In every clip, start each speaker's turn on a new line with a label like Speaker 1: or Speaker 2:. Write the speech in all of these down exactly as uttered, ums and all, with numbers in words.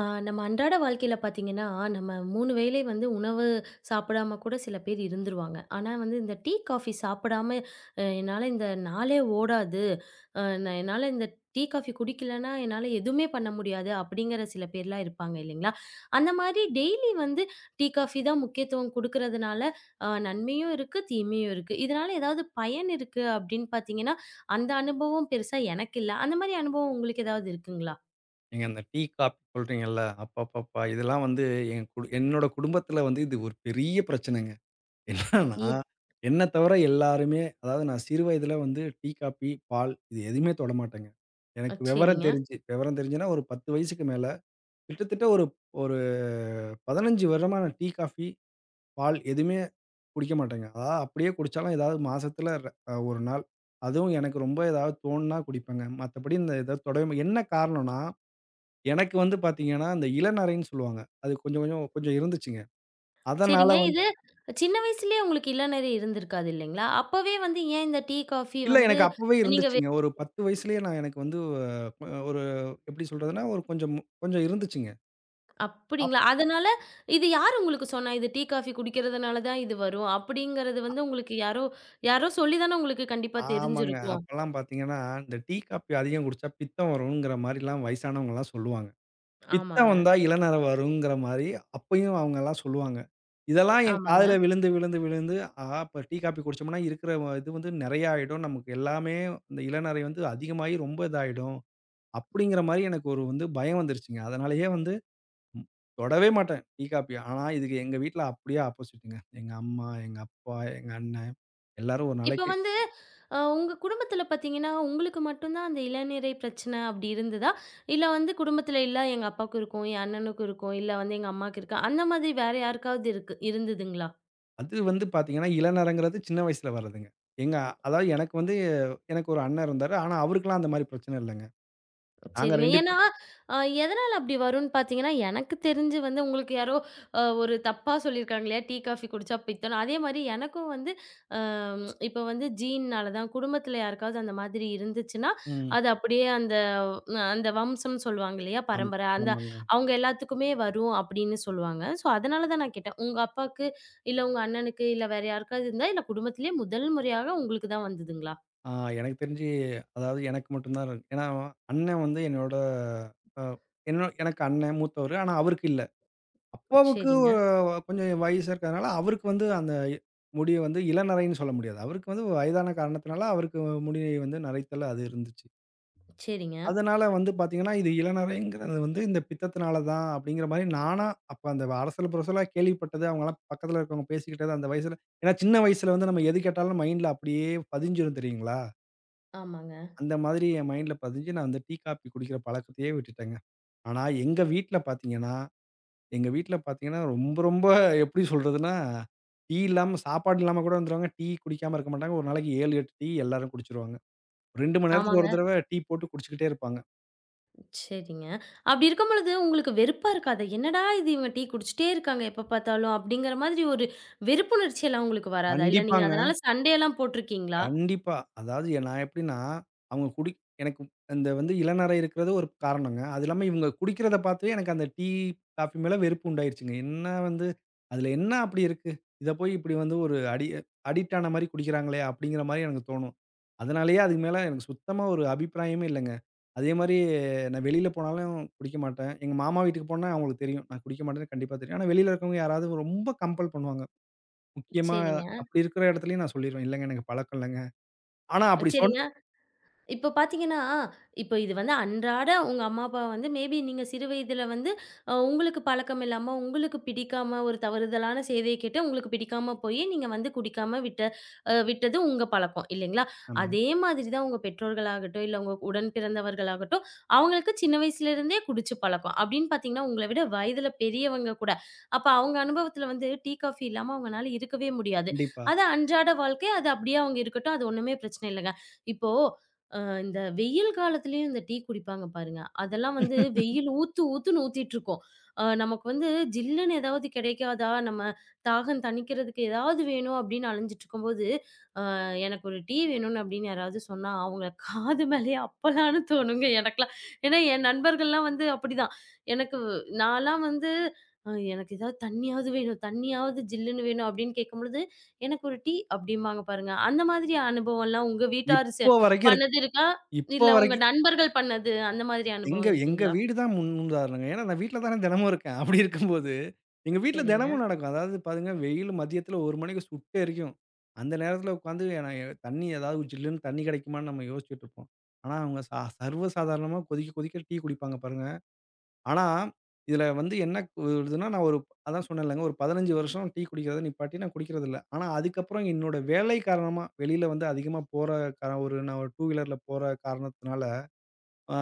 Speaker 1: ஆ நம்ம அன்றாட வாழ்க்கையில பார்த்தீங்கன்னா, நம்ம மூணு வேளை வந்து உணவு சாப்பிடாம கூட சில பேர் இருந்துருவாங்க. ஆனா வந்து இந்த டீ, காஃபி சாப்பிடாம அ என்னால இந்த நாளே ஓடாது. அ நான் என்னால இந்த டீ, காஃபி குடிக்கலன்னா என்னால எதுவுமே பண்ண முடியாது. அப்படிங்கிற சில பேர்லாம் இருப்பாங்க இல்லைங்களா? அந்த மாரி டெய்லி வந்து டீ, காஃபி தான் முக்கியத்துவம் குடுக்கறதுனால அ நன்மையும் இருக்கு, தீமையும் இருக்கு. இதனால ஏதாவது பயன் இருக்கு அப்படின்னு பார்த்தீங்கன்னா, அந்த அனுபவம் பெருசா எனக்கு இல்ல. அந்த மாரி அனுபவம் உங்களுக்கு ஏதாவது இருக்குங்களா?
Speaker 2: ஏங்க அந்த டீ, காப்பி சொல்றீங்கல்ல. அப்பப்பப்பா! இதெல்லாம் வந்து என் குடு என்னோட குடும்பத்தில வந்து இது ஒரு பெரிய பிரச்சனைங்க. என்னன்னா,
Speaker 1: ஏ
Speaker 2: என்ன தவிர எல்லாருமே அதாவது நான் சிறு வயதில வந்து டீ, காப்பி, பால் இது எதுவுமே தொடமாட்டேங்க.
Speaker 1: அ
Speaker 2: எனக்கு விவரம்
Speaker 1: சரிங்க.
Speaker 2: தெரிஞ்சு விவரம் தெரிஞ்சுன்னா ஒரு பத்து வயசுக்கு மேல கிட்டத்தட்ட ஒரு ஒரு பதினைந்து வருடமா நான் டீ, காஃபி, பால் எதுவுமே குடிக்க மாட்டேங்க. அதாவது அப்படியே குடிச்சாலும் ஏதாவது மாசத்துல ர அ ஒரு நாள். அதுவும் எனக்கு ரொம்ப ஏதாவது தோணுனா குடிப்பேங்க. மத்தபடி இந்த இத தொடவே மா- என்ன காரணம்னா எனக்கு வந்து பார்த்தீங்கன்னா, அந்த இளநரைன்னு சொல்லுவாங்க. அது கொஞ்சம் கொஞ்சம் கொஞ்சம் இருந்துச்சுங்க. அதனால
Speaker 1: சரிங்க.
Speaker 2: வந்து
Speaker 1: இது சின்ன வயசுலயே உங்களுக்கு இளநரை இருந்திருக்காது இல்லைங்களா? அப்பவே வந்து ஏன் இந்த டீ, காஃபி
Speaker 2: இல்ல
Speaker 1: வந்து
Speaker 2: எனக்கு அப்பவே
Speaker 1: நீங்க வே
Speaker 2: இருந்துச்சுங்க. ஒரு பத்து வயசுலயே நான் எனக்கு வந்து அ ஒரு எப்படி சொல்றதுன்னா, ஒரு கொஞ்சம் கொஞ்சம் இருந்துச்சுங்க. அப்
Speaker 1: அப்படிங்களா? அதனால இது யார் உங்களுக்கு சொன்னா? இது டீ, காஃபி குடிக்கிறதுனால தான் இது வரும். அப்படிங்கிறது வந்து உங்களுக்கு யாரோ யாரோ சொல்லி தானே உங்களுக்கு கண்டிப்பா
Speaker 2: ஆமாங்க.
Speaker 1: தெரிஞ்சிருக்கும்.
Speaker 2: அப்பலாம் பார்த்தீங்கன்னா, இந்த டீ, காப்பி அதிகம் குடிச்சா பித்தம் வருங்கிற மாரிலாம் வயசானவங்கலாம் சொல்லுவாங்க. பித்தம்
Speaker 1: ஆமாங்க,
Speaker 2: வந்தா இளநரை வருங்கிற மாரி அப்பயும் அவங்கலாம் சொல்லுவாங்க. இதெல்லாம் என் காதுல
Speaker 1: ஆமாங்க.
Speaker 2: விழுந்து, விழுந்து, விழுந்து, ஆ இப்ப டீ, காப்பி குடிச்சோம்னா இருக்கிற இது வந்து நெறைய ஆயிடும். நமக்கு எல்லாமே இந்த இளநரை வந்து அதிகமாகி ரொம்ப இதாயிடும். அப்படிங்கிற மாரி எனக்கு ஒரு வந்து பயம் வந்துருச்சுங்க. அதனாலேயே வந்து ம் தொடவே மாட்டேன் டீ, காப்பி. ஆனா இதுக்கு எங்க வீட்ல அப்படியே ஆப்போசிட்டுங்க. எங்க அம்மா, எங்க அப்பா, எங்க அண்ணன் எல்லாரும் ஒரு
Speaker 1: இப்ப
Speaker 2: நாளைக்கு
Speaker 1: வந்து அ உங்க குடும்பத்தில பார்த்தீங்கன்னா, உங்களுக்கு மட்டும் தான் அந்த இளநரை பிரச்சனை அப்படி இருந்ததா? இல்ல வந்து குடும்பத்தில இல்ல எங்க அப்பாவுக்கு இருக்கும், என் அண்ணனுக்கு இருக்கும், இல்ல வந்து எங்க அம்மாவுக்கு இருக்கு. அந்த மாதிரி வேற யாருக்காவது இருக்கு இருந்ததுங்களா?
Speaker 2: அது வந்து பார்த்தீங்கன்னா, இளநரங்கிறது சின்ன வயசுல வர்றதுங்க. எங்க அதாவது எனக்கு வந்து எனக்கு ஒரு அண்ணன் இருந்தாரு. ஆனா அவருக்கெல்லாம் அந்த மாரி பிரச்சனை இல்லங்க. நாங்க
Speaker 1: சரிங்க.
Speaker 2: ரெண்டு
Speaker 1: ஏன்னா,
Speaker 2: பேர்.
Speaker 1: அ எதனால அப்படி வரும்ன்னு பார்த்தீங்கன்னா, எனக்கு தெரிஞ்சு வந்து உங்களுக்கு யாரோ அ ஒரு தப்பா சொல்லியிருக்காங்க இல்லையா? டீ, காஃபி குடிச்சா பித்தம். அதே மாரி எனக்கும் வந்து அ இப்போ வந்து ஜீன்‌னால தான் குடும்பத்தில யாருக்காவது அந்த மாதிரி இருந்துச்சுன்னா,
Speaker 2: ம்.
Speaker 1: அது அப்படியே அந்த அஹ், அந்த வம்சம்ன்னு சொல்லுவாங்க இல்லையா?
Speaker 2: ஆம்
Speaker 1: பரம்பரை. அந்த
Speaker 2: ஆமாங்க.
Speaker 1: அவங்க எல்லாத்துக்குமே வரும் அப்படின்னு சொல்லுவாங்க. ஸோ, அதனால தான் நான் கேட்டேன். உங்க அப்பாக்கு, இல்ல உங்க அண்ணனுக்கு, இல்ல வேற யாருக்காவது இருந்தா, இல்ல குடும்பத்திலேயே முதல் முறையாக உங்களுக்கு தான் வந்ததுங்களா?
Speaker 2: ஆ எனக்கு தெரிஞ்சு அதாவது எனக்கு மட்டும் தான் இருக்கு. ஏன்னா அண்ணன் வந்து என்னோட அ என்ன எனக்கு அண்ணன் மூத்தவரு. ஆனா அவருக்கு இல்ல. அப்பாவுக்கு
Speaker 1: சரிங்க,
Speaker 2: அஹ், கொஞ்சம் வயசா இருக்கிறதுனால, அவருக்கு வந்து அந்த முடிய வந்து இளநரைன்னு சொல்ல முடியாது. அவருக்கு வந்து வயதான காரணத்தினால, அவருக்கு முடி வந்து நரைத்தல் அது இருந்துச்சு.
Speaker 1: சரிங்க.
Speaker 2: அதனால வந்து பார்த்தீங்கன்னா, இது இளநரைங்கிறது வந்து இந்த பித்தத்தினால தான் அப்படிங்கிற மாரி நானா அப்ப அந்த அரசல் புரசலா கேள்விப்பட்டது. அவங்கலாம் பக்கத்தில இருக்கிறவங்க பேசிக்கிட்டது அந்த வயசுல, ஏன்னா சின்ன வயசுல வந்து நம்ம எது கேட்டாலும் மைண்ட்ல அப்படியே பதிஞ்சிரும் தெரியுங்களா?
Speaker 1: ஆமாங்க.
Speaker 2: அந்த மாதிரி என் மைண்ட்ல பதிஞ்சு நான் அந்த டீ, காப்பி குடிக்கிற பழக்கத்தையே விட்டுட்டேங்க. ஆனா எங்க வீட்ல பார்த்தீங்கன்னா எங்க வீட்ல பார்த்தீங்கன்னா, ரொம்ப ரொம்ப எப்படி சொல்றதுன்னா, டீ இல்லாம சாப்பாடு இல்லாம கூட வந்துருவாங்க. டீ குடிக்காம இருக்க மாட்டாங்க. ஒரு நாளைக்கு ஏழு, எட்டு டீ எல்லாரும் குடிச்சுருவாங்க. ரெண்டு மணி நேரத்துக்கு
Speaker 1: ஆமாங்க.
Speaker 2: ஒரு தடவ டீ போட்டு குடிச்சுக்கிட்டே இருப்பாங்க.
Speaker 1: சரிங்க. அப்படி இருக்கும் பொழுது உங்களுக்கு வெறுப்பா இருக்காதா? என்னடா இது இவங்க டீ குடிச்சிட்டே இருக்காங்க எப்ப பார்த்தாலும், அப்படிங்கிற மாதிரி ஒரு வெறுப்புணர்ச்சியெல்லாம் உங்களுக்கு வராதா? இல்ல நீங்க
Speaker 2: கண்டிப்பாங்க.
Speaker 1: அதனால சண்டையெல்லாம் போட்டுருக்கீங்களா?
Speaker 2: கண்டிப்பா. அதாவது எ நான் எப்படின்னா, அவங்க குடி எனக்கு அந்த வந்து இளநரை இருக்கிறது ஒரு காரணங்க. அது இல்லாம இவங்க குடிக்கிறத பார்த்து எனக்கு அந்த டீ, காஃபி மேல வெறுப்பு உண்டாயிருச்சுங்க. என்ன வந்து அதில என்ன அப்படி இருக்கு? இத போய் இப்படி வந்து ஒரு அடி அடிக்ட் ஆன மாரி குடிக்கிறாங்களே! அப்படிங்கிற மாரி எனக்கு தோணும். அதனாலேயே அதுக்கு மேல எனக்கு சுத்தமா ஒரு அபிப்பிராயமே இல்லங்க. அதே மாரி நான் வெளியில போனாலும் குடிக்க மாட்டேன். எங்க மாமா வீட்டுக்கு போனா அவங்களுக்கு தெரியும். நான் குடிக்க மாட்டேன்னு கண்டிப்பா தெரியும். ஆனா வெளியில இருக்கிறவங்க யாராவது ரொம்ப கம்பல் பண்ணுவாங்க. முக்கியமா
Speaker 1: சரிங்க.
Speaker 2: அப்படி இருக்கிற இடத்துலயும் நான் சொல்லிருவேன். இல்லங்க எனக்கு பழக்கம் இல்லங்க. ஆனா அப்படி சொன்
Speaker 1: சரிங்க. இப்போ பார்த்தீங்கன்னா, இப்போ இது வந்து அன்றாட உங்க அம்மா, அப்பா வந்து மேபி நீங்க சிறு வயதில வந்து அ உங்களுக்கு பழக்கம் இல்லாம, உங்களுக்கு பிடிக்காம ஒரு தவறுதலான செய்திய கேட்டு உங்களுக்கு பிடிக்காம போயி, நீங்க வந்து குடிக்காம விட்ட அ விட்டது உங்க பழக்கம் இல்லைங்களா?
Speaker 2: ஆமாங்க.
Speaker 1: அதே மாதிரி தான் உங்க பெற்றோர்களாகட்டும், இல்ல உங்க உடன் பிறந்தவர்களாகட்டும், அவங்களுக்கு சின்ன வயசுலேருந்தே குடிச்சு பழக்கம். அப்படின்னு பார்த்தீங்கன்னா, உங்கள விட வயதில பெரியவங்க கூட. அப்ப அவங்க அனுபவத்தில வந்து டீ, காஃபி இல்லாம அவங்கனால இருக்கவே முடியாது.
Speaker 2: கண்டிப்பா.
Speaker 1: அது அன்றாட வாழ்க்கை. அது அப்படியே அவங்க இருக்கட்டும். அது ஒண்ணுமே பிரச்சனை இல்லங்க. இப்போ அஹ் இந்த வெயில் காலத்துலயும் இந்த டீ குடிப்பாங்க பாருங்க. அதெல்லாம் வந்து வெயில் ஊத்து ஊத்துன்னு ஊத்திட்டுருக்கும். அ நமக்கு வந்து ஜில்லுன்னு ஏதாவது கிடைக்காதா? நம்ம தாகம் தணிக்கிறதுக்கு ஏதாவது வேணும் அப்படின்னு அலைஞ்சிட்டுருக்கும்போது, எனக்கு ஒரு டீ வேணும்னு அப்படின்னு யாராவது சொன்னா, அவங்க காது மேலயே அப்பலான்னு தோணுங்க எனக்கெல்லாம். ஏன்னா என் நண்பர்கள்லாம் வந்து அப்படிதான். எனக்கு நான்லாம் வந்து அ எனக்கு ஏதாவது தண்ணியாவது வேணும், தண்ணியாவது ஜில்லுன்னு வேணும் அப்படின்னு கேட்கும்பொழுது, எனக்கு ஒரு டீ அப்படிம்பாங்க பாருங்க. அந்த மாதிரி அனுபவம்லாம் உங்க வீட்டார் செ
Speaker 2: இப்போ வரைக்கும் இருக்கு.
Speaker 1: பண்ணது இருக்கா?
Speaker 2: இப்போ
Speaker 1: இல்ல உங்க
Speaker 2: வரைக்கும்
Speaker 1: நண்பர்கள் பண்ணது அந்த மாதிரி
Speaker 2: எங்க
Speaker 1: அனுபவம்
Speaker 2: எங்க
Speaker 1: இருக்குங்களா?
Speaker 2: வீடு தான் முன் உதாரணங்க. ஏன்னா நான் வீட்ல தானே தினமும் இருக்கேன். அப்படி இருக்கும்போது, எங்க வீட்ல
Speaker 1: சரிங்க.
Speaker 2: தினமும் நடக்கும். அதாவது பாருங்க, வெயில் மதியத்தில ஒரு மணிக்கு சுட்டு எரிக்கும். அந்த நேரத்தில உட்காந்து நான் எ- தண்ணி ஏதாவது ஒரு ஜில்லுன்னு தண்ணி கிடைக்குமான்னு நம்ம யோசிச்சுட்டு இருப்போம். ஆனா அவங்க சா சர்வ சாதாரணமா கொதிக்க கொதிக்க டீ குடிப்பாங்க பாருங்க. ஆனா, இதுல வந்து என்ன வருதுன்னா, நான் ஒரு அதான் சொன்னேன்லங்க, ஒரு பதினைந்து வருஷம் டீ குடிக்கிறத நிப்பாட்டி நான் குடிக்கிறதில்ல. ஆனா, அதுக்கப்புறம் என்னோட வேலை காரணமா, வெளியில வந்து அதிகமா போற கா ஒரு நான் ஒரு டூ வீலர்ல போற காரணத்தினால, ஆ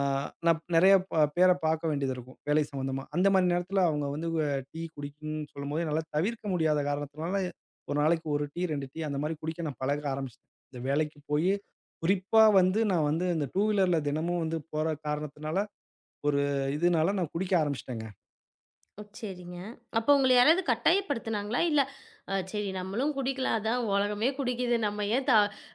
Speaker 2: நான் நெறைய ப பேர பார்க்க வேண்டியது இருக்கும், வேலை சம்மந்தமா. அந்த மாரி நேரத்தில அவங்க வந்து அ டீ குடிக்கணும்னு சொல்லும்போது, என்னால தவிர்க்க முடியாத காரணத்தினால, ஒரு நாளைக்கு ஒரு டீ, ரெண்டு டீ அந்த மாரி குடிக்க நான் பழக ஆரம்பிச்சுட்டேன். இந்த வேலைக்கு போயி, குறிப்பா வந்து நான் வந்து இந்த டூ வீலர்ல தினமும் வந்து போற காரணத்தினால, ஒரு இதுனால நான் குடிக்க ஆரம்பிச்சுட்டேங்க.
Speaker 1: ஓ! சரிங்க. அப்போ உங்கள யாராவது கட்டாயப்படுத்துனாங்களா? இல்ல அ சரி நம்மளும் குடிக்கலாம். அதான் உலகமே குடிக்குது. நம்ம ஏன் த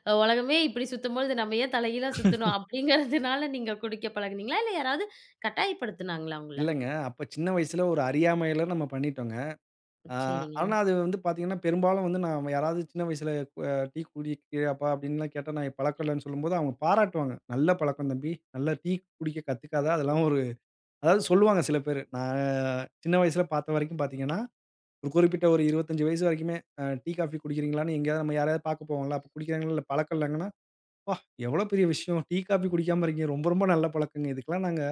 Speaker 1: அஹ், உலகமே இப்படி சுத்தும்பொழுது நம்ம ஏன் தலைகீழா சுத்தணும்? அப்படிங்கிறதுனால நீங்க குடிக்க பழகுனீங்களா? இல்ல யாராவது கட்டாயப்படுத்துனாங்களா உங்கள?
Speaker 2: இல்லங்க. அப்ப சின்ன வயசுல ஒரு அறியாமையில நம்ம பண்ணிட்டோங்க. ஆ
Speaker 1: சரிங்க.
Speaker 2: ஆனா அது வந்து பார்த்தீங்கன்னா, பெரும்பாலும் வந்து நான் யாராவது சின்ன வயசுல அ "டீ குடிக்கிறியாப்பா?" அப்படின்லாம் கேட்டா, நான் பழக்கம் இல்லன்னு சொல்லும்போது அவங்க பாராட்டுவாங்க. "நல்ல பழக்கம் தம்பி. நல்லா டீ குடிக்க கத்துக்காத. அதெல்லாம் ஒரு." அதாவது சொல்லுவாங்க சில பேரு. நான் சின்ன வயசுல பார்த்த வரைக்கும் பார்த்தீங்கன்னா, ஒரு குறிப்பிட்ட ஒரு இருபத்தஞ்சு வயசு வரைக்குமே அ டீ, காஃபி குடிக்கிறீங்களான்னு எங்கேயாவது நம்ம யாரையாவது பார்க்க போவோம்ல. அப்ப குடிக்கிறாங்களா இல்ல பழக்கம் இல்லங்கன்னா, "அப்பா! எவ்வளோ பெரிய விஷயம். டீ, காஃபி குடிக்காம இருக்கீங்க. ரொம்ப ரொம்ப நல்ல பழக்கங்க. இதுக்கெல்லாம் நாங்க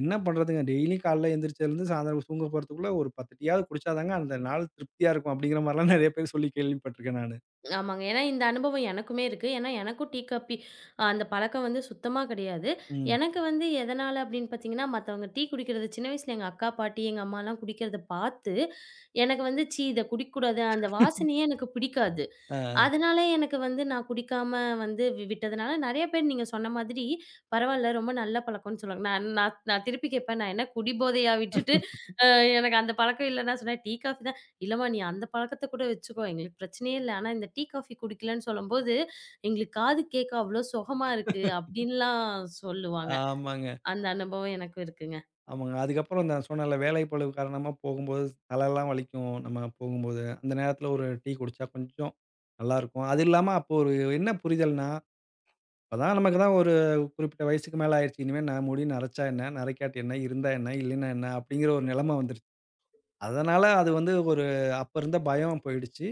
Speaker 2: என்ன பண்றதுங்க? டெய்லியும் காலைல எந்திரிச்சதுலருந்து சாயந்தரம் தூங்க போறதுக்குள்ள ஒரு பத்து டீயாவது குடிச்சாதாங்க அந்த நாள் திருப்தியா இருக்கும்." அப்படிங்கிற மாரிலாம் நெறைய பேர் சொல்லி கேள்விப்பட்டுருக்கேன் நானு.
Speaker 1: ஆமாங்க. ஏன்னா இந்த அனுபவம் எனக்குமே இருக்கு. ஏன்னா எனக்கும் டீ, காபி அந்த பழக்கம் வந்து சுத்தமா கிடையாது.
Speaker 2: ம்.
Speaker 1: எனக்கு வந்து எதனால அப்படின்னு பார்த்தீங்கன்னா, மத்தவங்க டீ குடிக்கிறது சின்ன வயசுல எங்க அக்கா, பாட்டி, எங்க அம்மாலாம் குடிக்கிறத பார்த்து எனக்கு வந்து, "ச்சீ! இத குடிக்கக்கூடாது." அந்த வாசனையே எனக்கு பிடிக்காது.
Speaker 2: அ,
Speaker 1: அதனால எனக்கு வந்து நான் குடிக்காம வந்து வி விட்டதுனால, நெறைய பேர் நீங்க சொன்ன மாதிரி, பரவால்ல ரொம்ப நல்ல பழக்கம்ன்னு சொல்லுவாங்க. நான் நான் நான் திருப்பி கேட்பேன், "நான் என்ன குடிபோதையா விட்டுட்டு அ எனக்கு அந்த பழக்கம் இல்லன்னா" சொன்னேன், "டீ, காஃபி தான்." "இல்லம்மா நீ அந்த பழக்கத்த கூட வச்சுக்கோ, எங்களுக்கு பிரச்சனையே இல்ல. ஆனா இந்த டீ, காஃபி குடிக்கலன்னு சொல்லும்போது, எங்களுக்கு காது கேட்க அவ்ளோ சுகமா இருக்கு." அப்படின்லாம் சொல்லுவாங்க.
Speaker 2: ஆமாங்க.
Speaker 1: அந்த அனுபவம் எனக்கும் இருக்குங்க.
Speaker 2: ஆமாங்க. அதுக்கப்புறம் நான் சொன்னேன்ல வேலைப்பளு காரணமா போகும்போது தலலாம் வலிக்கும். நம்ம போகும்போது. அந்த நேரத்துல ஒரு டீ குடிச்சா கொஞ்சம் நல்லாருக்கும். அது இல்லாம அப்போ ஒரு என்ன புரிதல்னா, இப்பதான் நமக்கு தான் ஒரு குறிப்பிட்ட வயசுக்கு மேல ஆயிருச்சு. இனிமே நான் முடின்னு நரைச்சா என்ன? நரைக்காட்டி என்ன? இருந்தா என்ன? இல்லைன்னா என்ன? அப்படிங்கிற ஒரு நெலம வந்துருச்சு. அதனால அது வந்து ஒரு அப்ப இருந்த பயம் போயிடுச்சு.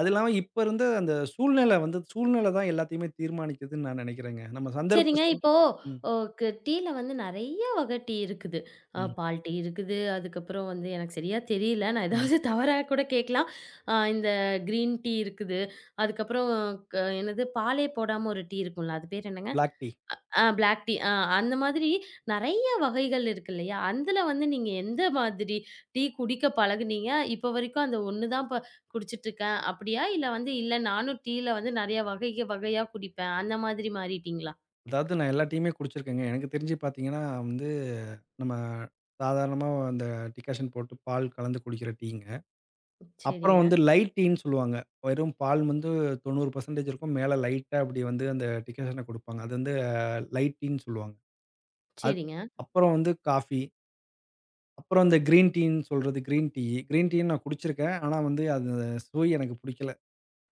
Speaker 2: அது இல்லாம இப்ப இருந்த அந்த சூழ்நிலை வந்து சூழ்நிலை தான் எல்லாத்தையுமே தீர்மானிக்குதுன்னு நான் நெனைக்கிறேங்க. நம்ம சந்தர்ப்ப
Speaker 1: சரிங்க.
Speaker 2: சூழ்
Speaker 1: இப்போ
Speaker 2: ம்,
Speaker 1: ஓ கு டீல வந்து நெறைய வகை டீ இருக்குது. அ
Speaker 2: ம்,
Speaker 1: பால் டீ இருக்குது. அதுக்கப்புறம் வந்து எனக்கு சரியா தெரியல. நான்
Speaker 2: ம்.
Speaker 1: ஏதாவது தவறா கூட கேட்கலாம். அ இந்த கிரீன் டீ இருக்குது. அதுக்கப்புறம் க என்னது பாலே போடாம ஒரு டீ இருக்கும்ல. அது பேர் என்னங்க?
Speaker 2: Black tea.
Speaker 1: அ பிளாக் டீ. அ அந்த மாதிரி நெறைய வகைகள் இருக்கு இல்லையா? அதுல வந்து நீங்க எந்த மாதிரி டீ குடிக்க பழகுனீங்க? இப்போ வரைக்கும் அந்த ஒண்ணு தான் இப்ப குடிச்சிட்டு இருக்கேன் அப்படியா? இல்ல வந்து இல்ல நானும் டீல வந்து நெறைய வகை வகையா குடிப்பேன். அந்த மாதிரி மாறிட்டீங்களா?
Speaker 2: அதாவது நான் எல்லா டீயுமே குடிச்சிருக்கேங்க. எனக்கு தெரிஞ்சு பார்த்தீங்கன்னா வந்து, நம்ம சாதாரணமா அந்த டிகாஷன் போட்டு பால் கலந்து குடிக்கிற டீங்க. அப்புறம்
Speaker 1: சரிங்க.
Speaker 2: வந்து லைட் டீன்னு சொல்லுவாங்க. வெறும் பால் வந்து தொண்ணூறு சதவீதம் இருக்கும். மேல லைட்டா அப்படி வந்து அந்த டிகாஷன குடுப்பாங்க. அது வந்து லைட் டீன்னு சொல்லுவாங்க. அது
Speaker 1: சரிங்க.
Speaker 2: அப்புறம் வந்து காஃபி. அப்புறம் அந்த கிரீன் டீன்னு சொல்றது கிரீன் டீ. கிரீன் டீ நான் குடிச்சிருக்கேன். ஆனா வந்து அது சுவை எனக்கு பிடிக்கல.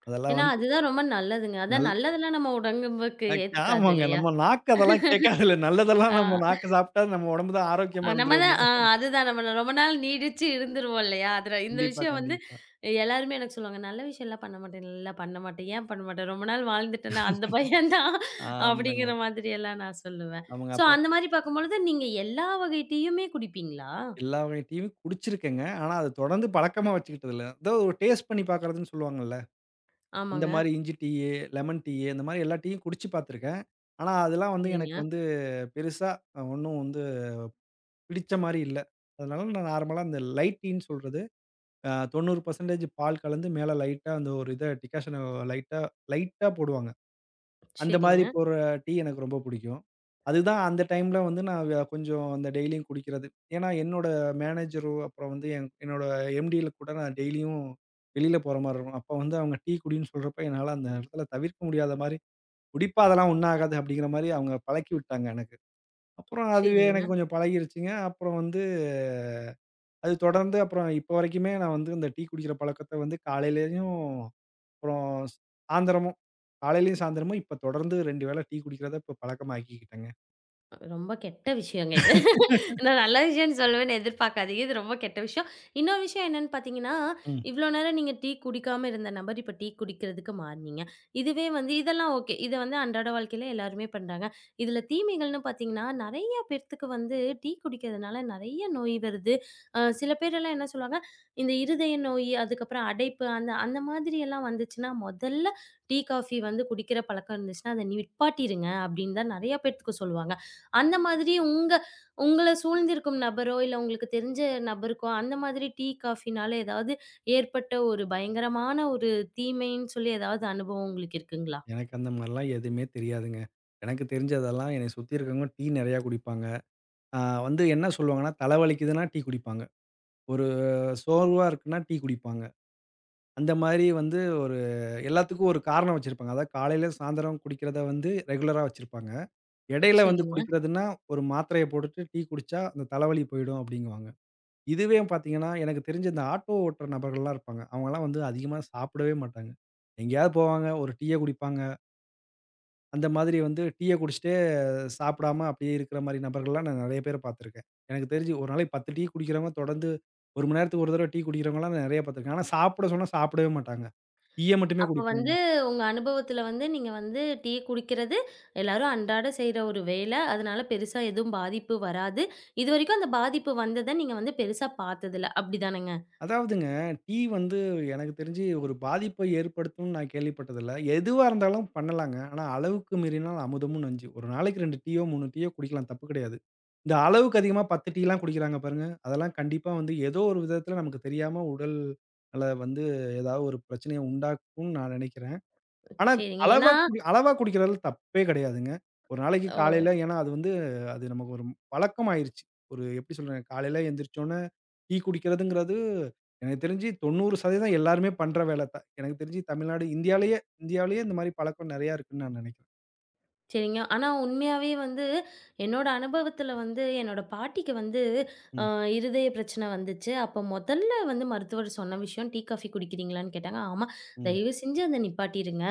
Speaker 2: அதெல்லாம்
Speaker 1: ஏன்னா,
Speaker 2: வந்து
Speaker 1: அதுதான் ரொம்ப நல்லதுங்க. அதான்
Speaker 2: நல்
Speaker 1: நல்லதெல்லாம் நம்ம உடம்புக்கு
Speaker 2: அ
Speaker 1: ஏத்துக்காது
Speaker 2: ஆமாங்க.
Speaker 1: இல்லையா?
Speaker 2: நம்ம நாக்கு அதெல்லாம் கேட்காதுல்ல. நல்லதெல்லாம்
Speaker 1: ஆ
Speaker 2: நம்ம நாக்கு சாப்பிட்டா நம்ம உடம்பு தான்
Speaker 1: ஆ,
Speaker 2: ஆரோக்கியமா
Speaker 1: நம்ம தான்
Speaker 2: இருந்துருவோம்ல.
Speaker 1: ஆ அதுதான் நம்ம ரொம்ப நாள் நீடிச்சு இருந்துருவோம் இல்லையா? அதுல இந்த
Speaker 2: கண்டிப்பா,
Speaker 1: விஷயம் வந்து
Speaker 2: கண்டிப்பா.
Speaker 1: எல்லாருமே எனக்கு சொல்லுவாங்க, "நல்ல விஷயம்லாம் பண்ண மாட்டேன். இல்ல பண்ண மாட்டேன். ஏன் பண்ண மாட்டேன்? ரொம்ப நாள் வாழ்ந்துட்டேனா, அந்த பயம் தான்."
Speaker 2: ஆமாங்க.
Speaker 1: அப்படிங்கிற மாதிரியெல்லாம் நான் சொல்லுவேன்.
Speaker 2: ஆமாங்க.
Speaker 1: ஸோ
Speaker 2: அப்புறம்
Speaker 1: அந்த மாரி பார்க்கும்பொழுது, நீங்க எல்லா வகை டீயுமே குடிப்பீங்களா?
Speaker 2: எல்லா வகை டீயும் குடிச்சிருக்கேங்க. ஆனா அது தொடர்ந்து பழக்கமா வச்சுக்கிட்டது இல்ல. ஏதோ ஒரு டேஸ்ட் பண்ணி பார்க்கறதுன்னு சொல்லுவாங்கல்ல. அந்த
Speaker 1: ஆமாங்க.
Speaker 2: மாரி இஞ்சி டீயி, லெமன் டீயி, இந்த மாரி எல்லா டீயும் குடிச்சு பார்த்துருக்கேன். ஆனா அதெல்லாம் வந்து எனக்கு
Speaker 1: சரிங்க,
Speaker 2: வந்து பெருசா ஒண்ணும் வந்து பிடிச்ச மாரி இல்ல. அதனால நான் நார்மலா அந்த லைட் டீன்னு சொல்றது, அ தொண்ணூறு சதவீதம் பால் கலந்து மேல லைட்டா அந்த ஒரு இத டிக்காஷன லைட்டா லைட்டா போடுவாங்க. அந்த
Speaker 1: சரிங்க,
Speaker 2: மாதிரி
Speaker 1: சரிங்க.
Speaker 2: போடுற டீ எனக்கு ரொம்ப புடிக்கும். அதுதான் அந்த டைம்ல வந்து நான் வ கொஞ்சம் அந்த டெய்லியும் குடிக்கிறது. ஏன்னா என்னோட மேனேஜரும், அப்புறம் வந்து என் என்னோட எம்டில கூட நான் டெய்லியும் வெளியில போற மாரி இருக்கும். அப்ப வந்து அவங்க டீ குடின்னு சொல்றப்ப என்னால அந்த இடத்துல தவிர்க்க முடியாத மாரி, "குடிப்பா அதெல்லாம் ஒண்ணும் ஆகாது" அப்படிங்கிற மாரி அவங்க பழக்கி விட்டாங்க எனக்கு. அப்புறம் அதுவே
Speaker 1: சரிங்க.
Speaker 2: எனக்கு கொஞ்சம் பழகிருச்சுங்க. அப்புறம் வந்து அது தொடர்ந்து அப்புறம் இப்போ வரைக்குமே நான் வந்து இந்த டீ குடிக்கிற பழக்கத்த வந்து காலையிலயும், அப்புறம் ஸ்- சாயந்தரமும் காலையிலயும் சாயந்தரமும் இப்ப தொடர்ந்து ரெண்டு வேள டீ குடிக்கிறத இப்ப பழக்கமாக்கிக்கிட்டேங்க.
Speaker 1: ரொம்ப கெட்ட விஷயங்க இது. நான் நல்ல விஷயம்ன்னு சொல்லுவேன்னு எதிர்பார்க்காதீங்க. இது ரொம்ப கெட்ட விஷயம். இன்னொரு விஷயம் என்னன்னு பார்த்தீங்கன்னா,
Speaker 2: ம்.
Speaker 1: இவ்ளோ நேரம் நீங்க டீ குடிக்காம இருந்த நபர், இப்ப டீ குடிக்கிறதுக்கு மாறுனீங்க. இதுவே வந்து இதெல்லாம் ஓகே. இத வந்து அன்றாட வாழ்க்கையில எல்லாருமே பண்றாங்க. இதுல தீமைகள்ன்னு பார்த்தீங்கன்னா, நெறைய பேத்துக்கு வந்து டீ குடிக்கிறதுனால நெறைய நோய் வருது. அ சில பேரெல்லாம் என்ன சொல்லுவாங்க, இந்த இருதய நோய், அதுக்கப்புறம் அடைப்பு அந்த அந்த மாதிரியெல்லாம் வந்துச்சுன்னா, "முதல்ல டீ, காஃபி வந்து குடிக்கிற பழக்கம் இருந்துச்சுன்னா, அத நிப்பாட்டிருங்க." அப்படின்னு தான் நெறைய பேத்துக்கு சொல்லுவாங்க. அந்த மாதிரி உங்க உங்கள சூழ்ந்திருக்கும் நபரோ, இல்ல உங்களுக்கு தெரிஞ்ச நபருக்கோ, அந்த மாதிரி டீ, காஃபினால ஏதாவது ஏற்பட்ட ஒரு பயங்கரமான ஒரு தீமைன்னு சொல்லி ஏதாவது அனுபவம் உங்களுக்கு இருக்குங்களா?
Speaker 2: எனக்கு அந்த மாரிலாம் எதுவுமே தெரியாதுங்க. எனக்கு தெரிஞ்சதெல்லாம் என்னைய சுத்தி இருக்கவங்க டீ நெறையா குடிப்பாங்க. ஆ வந்து என்ன சொல்லுவாங்கன்னா, தலைவலிக்குதுன்னா டீ குடிப்பாங்க. ஒரு சோர்வா இருக்குன்னா டீ குடிப்பாங்க. அந்த மாரி வந்து ஒரு எல்லாத்துக்கும் ஒரு காரணம் வச்சிருப்பாங்க. அதாவது காலையில சாயந்தரம் குடிக்கிறத வந்து ரெகுலரா வச்சிருப்பாங்க. இடையில வந்து
Speaker 1: சரிங்க.
Speaker 2: குடிக்கிறதுன்னா, ஒரு மாத்திரைய போட்டுட்டு டீ குடிச்சா, அந்த தலைவலி போயிடும் அப்படிங்குவாங்க. இதுவே பார்த்தீங்கன்னா, எனக்கு தெரிஞ்சு இந்த ஆட்டோ ஓட்டுற நபர்கள்லாம் இருப்பாங்க. அவங்கலாம் வந்து அதிகமா சாப்பிடவே மாட்டாங்க. எங்கேயாவது போவாங்க, ஒரு டீய குடிப்பாங்க. அந்த மாதிரி வந்து டீய குடிச்சுட்டே சாப்பிடாம அப்படியே இருக்கிற மாரி நபர்கள்லாம் நான் நெறைய பேர பார்த்துருக்கேன். எனக்கு தெரிஞ்சு ஒரு நாளைக்கு பத்து டீ குடிக்கிறவங்க, தொடர்ந்து ஒரு மணி நேரத்துக்கு ஒரு தடவ டீ குடிக்கிறவங்கலாம் நான் நெறைய பார்த்துருக்கேன். ஆனா சாப்பிட சொன்னா சாப்பிடவே மாட்டாங்க. டீய மட்டுமே
Speaker 1: அப்ப
Speaker 2: குடிப்பாங்க.
Speaker 1: வந்து உங்க அனுபவத்துல வந்து நீங்க வந்து டீ குடிக்கிறது எல்லாரும் அன்றாட செய்ற ஒரு வேலை. அதனால பெருசா எதுவும் பாதிப்பு வராது. இதுவரைக்கும் அந்த பாதிப்பு வந்தத நீங்க வந்து பெருசா பார்த்ததில்ல. அப்படிதானங்க?
Speaker 2: அதாவதுங்க, டீ வந்து எனக்கு தெரிஞ்சு ஒரு பாதிப்ப ஏற்படுத்தும்ன்னு நான் கேள்விப்பட்டதில்ல. எதுவா இருந்தாலும் பண்ணலாங்க. ஆனா அளவுக்கு மீறினால் அமுதமும் நஞ்சு. ஒரு நாளைக்கு ரெண்டு டீயோ, மூணு டீயோ குடிக்கலாம் தப்பு கிடையாது. இந்த அளவுக்கு அதிகமா பத்து டீலாம் குடிக்கிறாங்க பாருங்க. அதெல்லாம் கண்டிப்பா வந்து ஏதோ ஒரு விதத்தில நமக்கு தெரியாம உடல் நல வந்து ஏதாவது ஒரு பிரச்சனைய உண்டாக்கும்ன்னு நான் நினைக்கிறேன். ஆனா,
Speaker 1: சரிங்க.
Speaker 2: அளவா
Speaker 1: ஏன்னா
Speaker 2: குடி அளவா குடிக்கிறதுல தப்பே கிடையாதுங்க. ஒரு நாளைக்கு காலையில
Speaker 1: ஓ!
Speaker 2: ஏன்னா அது வந்து அது நமக்கு ஒரு பழக்கம் ஆயிருச்சு. ஒரு எப்படி சொல்றது? காலையில எந்திரிச்சோனே டீ குடிக்கிறதுங்கிறது, எனக்கு தெரிஞ்சு தொண்ணூறு சதவீதம் எல்லாருமே பண்ற வேலை தான். எனக்கு தெரிஞ்சு தமிழ்நாடு இந்தியாலயே இந்தியாவிலேயே இந்த மாரி பழக்கம் நெறையா இருக்குன்னு நான் நெனைக்கிறேன்.
Speaker 1: சரிங்க. ஆனா உண்மையாவே வந்து என்னோட அனுபவத்துல வந்து என்னோட பாட்டிக்கு வந்து அ
Speaker 2: ம்,
Speaker 1: இருதய பிரச்சனை வந்துச்சு. அப்ப முதல்ல வந்து மருத்துவர் சொன்ன விஷயம் டீ, காஃபி குடிக்கிறீங்களான்னு கேட்டாங்க. ஆமா.
Speaker 2: ம்,
Speaker 1: தயவு செஞ்சு அத நிப்பாட்டிருங்க.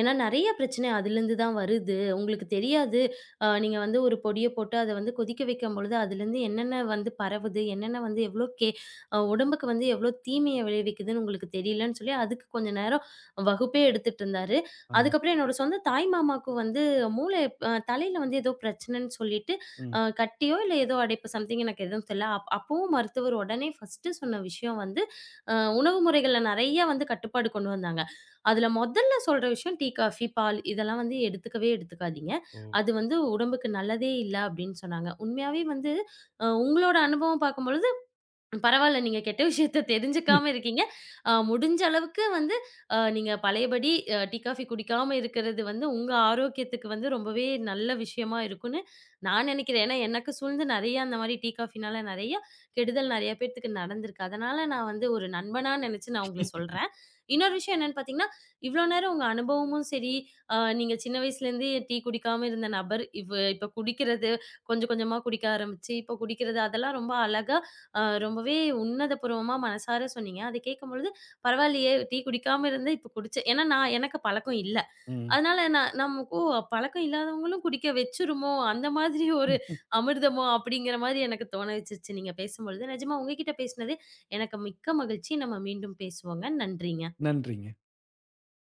Speaker 1: ஏன்னா நெறைய பிரச்சனை அதிலேருந்து தான் வருது. உங்களுக்கு தெரியாது. அ நீங்க வந்து ஒரு பொடிய போட்டு அத வந்து கொதிக்க வைக்கும்பொழுது அதுலேருந்து என்னென்ன வந்து பரவுது, என்னென்ன வந்து எவ்ளோ கே அ உடம்புக்கு வந்து எவ்ளோ தீமைய விளைவிக்குதுன்னு உங்களுக்கு தெரியலன்னு சொல்லி அதுக்கு கொஞ்ச நேரம் வகுப்பே எடுத்துட்டு இருந்தாரு.
Speaker 2: ஆ,
Speaker 1: அதுக்கப்புறம் என்னோட சொந்த தாய் மாமாவுக்கு வந்து மூளை அ தலையில வந்து ஏதோ பிரச்சனைன்னு சொல்லிட்டு,
Speaker 2: ம்,
Speaker 1: அ கட்டியோ இல்ல ஏதோ அடைப்பு சம்திங் எனக்கு எதுவும் தெரியல. அப் அப்பவும் மருத்துவர் உடனே ஃபர்ஸ்ட்டு சொன்ன விஷயம் வந்து, அ உணவு முறைகள்ல நெறைய வந்து கட்டுப்பாடு கொண்டு வந்தாங்க. அதுல மொதல்ல சொல்ற விஷயம் டீ, காஃபி, பால் இதெல்லாம் வந்து எடுத்துக்கவே எடுத்துக்காதீங்க.
Speaker 2: ஓ!
Speaker 1: அது வந்து உடம்புக்கு நல்லதே இல்ல அப்படின்னு சொன்னாங்க. உண்மையாவே வந்து அ உங்களோட அனுபவம் பார்க்கும்பொழுது பரவால்ல. நீங்க கெட்ட விஷயத்த தெரிஞ்சுக்காம இருக்கீங்க. அ முடிஞ்ச அளவுக்கு வந்து அ நீங்க பழையபடி அ டீ, காஃபி குடிக்காம இருக்கிறது வந்து உங்க ஆரோக்கியத்துக்கு வந்து ரொம்பவே நல்ல விஷயமா இருக்குன்னு நான் நெனைக்கிறேன். ஏன்னா, எனக்கு சூழ்ந்து நெறைய அந்த மாரி டீ, காஃபினால நெறைய கெடுதல் நெறைய பேத்துக்கு நடந்திருக்கு. அதனால நான் வந்து ஒரு நண்பனா நெனைச்சு நான் உங்கள சொல்றேன். இன்னொரு விஷயம் என்னன்னு பார்த்தீங்கன்னா, இவ்ளோ நேரம் உங்க அனுபவமும் சரி, அ நீங்க சின்ன வயசுலேருந்து டீ குடிக்காம இருந்த நபர், இவ் இப்ப குடிக்கிறது, கொஞ்சம் கொஞ்சமா குடிக்க ஆரம்பிச்சு, இப்ப குடிக்கிறது அதெல்லாம் ரொம்ப அழகா அ ரொம்பவே உன்னதபூர்வமா மனசார சொன்னீங்க. அது கேட்கும்பொழுது, பரவாயில்லையே டீ குடிக்காம இருந்து இப்ப குடிச்சு ஏன்னா நான் எனக்கு பழக்கம் இல்ல.
Speaker 2: ம்.
Speaker 1: அதனால நான் நம்ம ஓ! பழக்கம் இல்லாதவங்களும் குடிக்க வச்சுருமோ! அந்த மாதிரி ஒரு அமிர்தமோ! அப்படிங்கிற மாரி எனக்கு தோண வச்சுருச்சு நீங்க பேசும்பொழுது. நிஜமா உங்ககிட்ட பேசினது எனக்கு மிக்க மகிழ்ச்சி. நம்ம மீண்டும் பேசுவோங்க. நன்றிங்க.
Speaker 2: நன்றிங்க.